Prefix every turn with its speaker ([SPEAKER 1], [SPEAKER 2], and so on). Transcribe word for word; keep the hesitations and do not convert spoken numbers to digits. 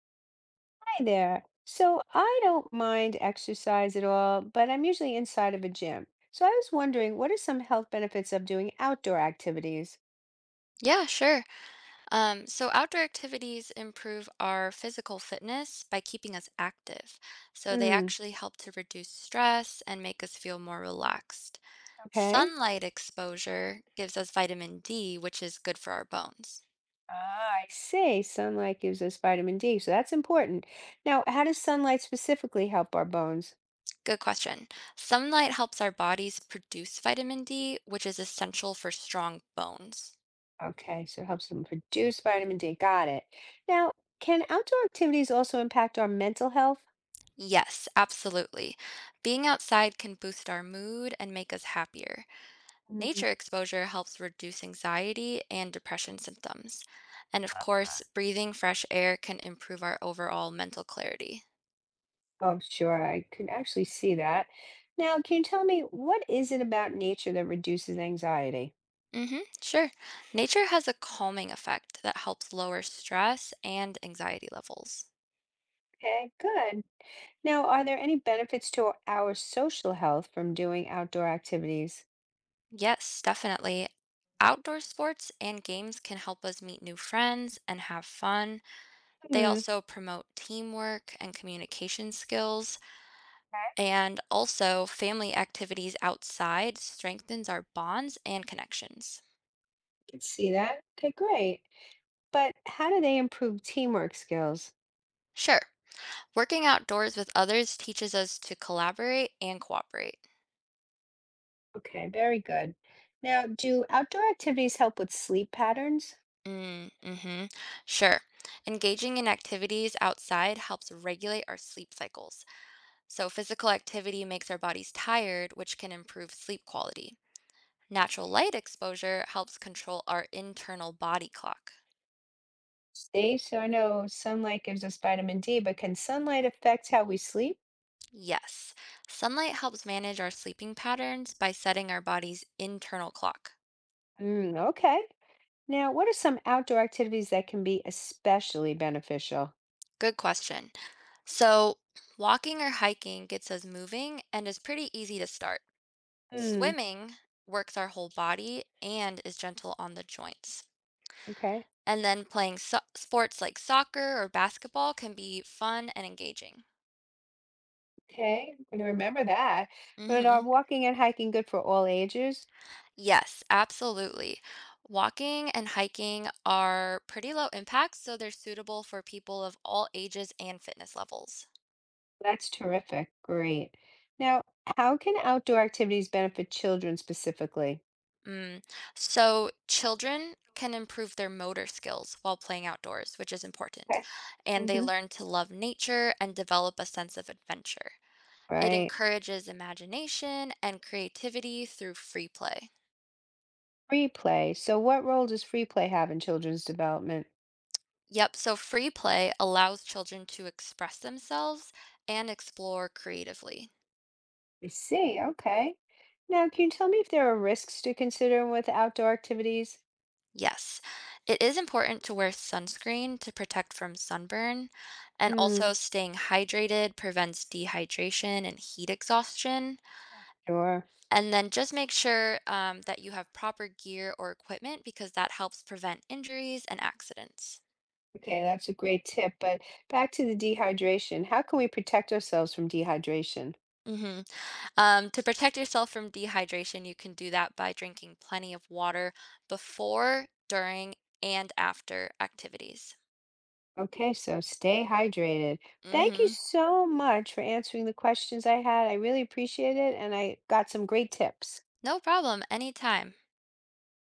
[SPEAKER 1] Hi there. So I don't mind exercise at all, but I'm usually inside of a gym. So I was wondering, what are some health benefits of doing outdoor activities?
[SPEAKER 2] Yeah, sure. Um, so outdoor activities improve our physical fitness by keeping us active. So they
[SPEAKER 1] Hmm,
[SPEAKER 2] actually help to reduce stress and make us feel more relaxed.
[SPEAKER 1] okay.
[SPEAKER 2] Sunlight exposure gives us vitamin D, which is good for our bones.
[SPEAKER 1] Ah, I see. Sunlight gives us vitamin D, so that's important. Now, how does sunlight specifically help our bones?
[SPEAKER 2] Good question. Sunlight helps our bodies produce vitamin D, which is essential for strong bones.
[SPEAKER 1] Okay, so it helps them produce vitamin D. Got it. Now, can outdoor activities also impact our mental health?
[SPEAKER 2] Yes, absolutely. Being outside can boost our mood and make us happier.
[SPEAKER 1] Mm.
[SPEAKER 2] Nature exposure helps reduce anxiety and depression symptoms. And of course, breathing fresh air can improve our overall mental clarity.
[SPEAKER 1] Oh, sure. I can actually see that. Now, can you tell me what is it about nature that reduces anxiety?
[SPEAKER 2] mm Mhm, sure. Nature has a calming effect that helps lower stress and anxiety levels.
[SPEAKER 1] Okay, good. Now, are there any benefits to our social health from doing outdoor activities?
[SPEAKER 2] Yes, definitely. Outdoor sports and games can help us meet new friends and have fun. They
[SPEAKER 1] Hmm,
[SPEAKER 2] also promote teamwork and communication skills.
[SPEAKER 1] I
[SPEAKER 2] And also, family activities outside strengthens our bonds and connections.
[SPEAKER 1] can see that. Okay, great. But how do they improve teamwork skills?
[SPEAKER 2] Sure, working outdoors with others teaches us to collaborate and cooperate.
[SPEAKER 1] Okay, very good. Now, do outdoor activities help with sleep patterns?
[SPEAKER 2] Mm, hmm. Sure. Engaging in activities outside helps regulate our sleep cycles. So, physical activity makes our bodies tired, which can improve sleep quality. Natural light exposure helps control our internal body clock.
[SPEAKER 1] See, so I know sunlight gives us vitamin D, but can sunlight affect how we sleep?
[SPEAKER 2] Yes, sunlight helps manage our sleeping patterns by setting our body's internal clock.
[SPEAKER 1] Mm, okay. Now, what are some outdoor activities that can be especially beneficial?
[SPEAKER 2] Good question. So, walking or hiking gets us moving and is pretty easy to start.
[SPEAKER 1] Hmm.
[SPEAKER 2] Swimming works our whole body and is gentle on the joints.
[SPEAKER 1] Okay.
[SPEAKER 2] And then playing so- sports like soccer or basketball can be fun and engaging.
[SPEAKER 1] Okay, I'm going to remember that. And are
[SPEAKER 2] Mhm.
[SPEAKER 1] walking and hiking good for all ages?
[SPEAKER 2] Yes, absolutely. Walking and hiking are pretty low impact, so they're suitable for people of all ages and fitness levels.
[SPEAKER 1] That's terrific. Great. Now, how can outdoor activities benefit children specifically?
[SPEAKER 2] Mm. So children can improve their motor skills while playing outdoors, which is important.
[SPEAKER 1] Okay.
[SPEAKER 2] And they
[SPEAKER 1] Mm-hmm.
[SPEAKER 2] learn to love nature and develop a sense of adventure. It
[SPEAKER 1] Right.
[SPEAKER 2] encourages imagination and creativity through free play.
[SPEAKER 1] Free play. So, what role does free play have in children's development?
[SPEAKER 2] Yep, so free play allows children to express themselves and explore creatively.
[SPEAKER 1] I see. Okay. Now, can you tell me if there are risks to consider with outdoor activities?
[SPEAKER 2] Yes, it is important to wear sunscreen to protect from sunburn, and also
[SPEAKER 1] Hmm.
[SPEAKER 2] staying hydrated prevents dehydration and heat exhaustion.
[SPEAKER 1] Sure.
[SPEAKER 2] And then just make sure um, that you have proper gear or equipment because that helps prevent injuries and accidents.
[SPEAKER 1] Okay, that's a great tip. But back to the dehydration. How can we protect ourselves from dehydration?
[SPEAKER 2] Hmm. Um, to protect yourself from dehydration, you can do that by drinking plenty of water before, during, and after activities.
[SPEAKER 1] Okay, so stay hydrated. Thank you
[SPEAKER 2] Hmm.
[SPEAKER 1] so much for answering the questions I had. I really appreciate it, and I got some great tips.
[SPEAKER 2] No problem, anytime.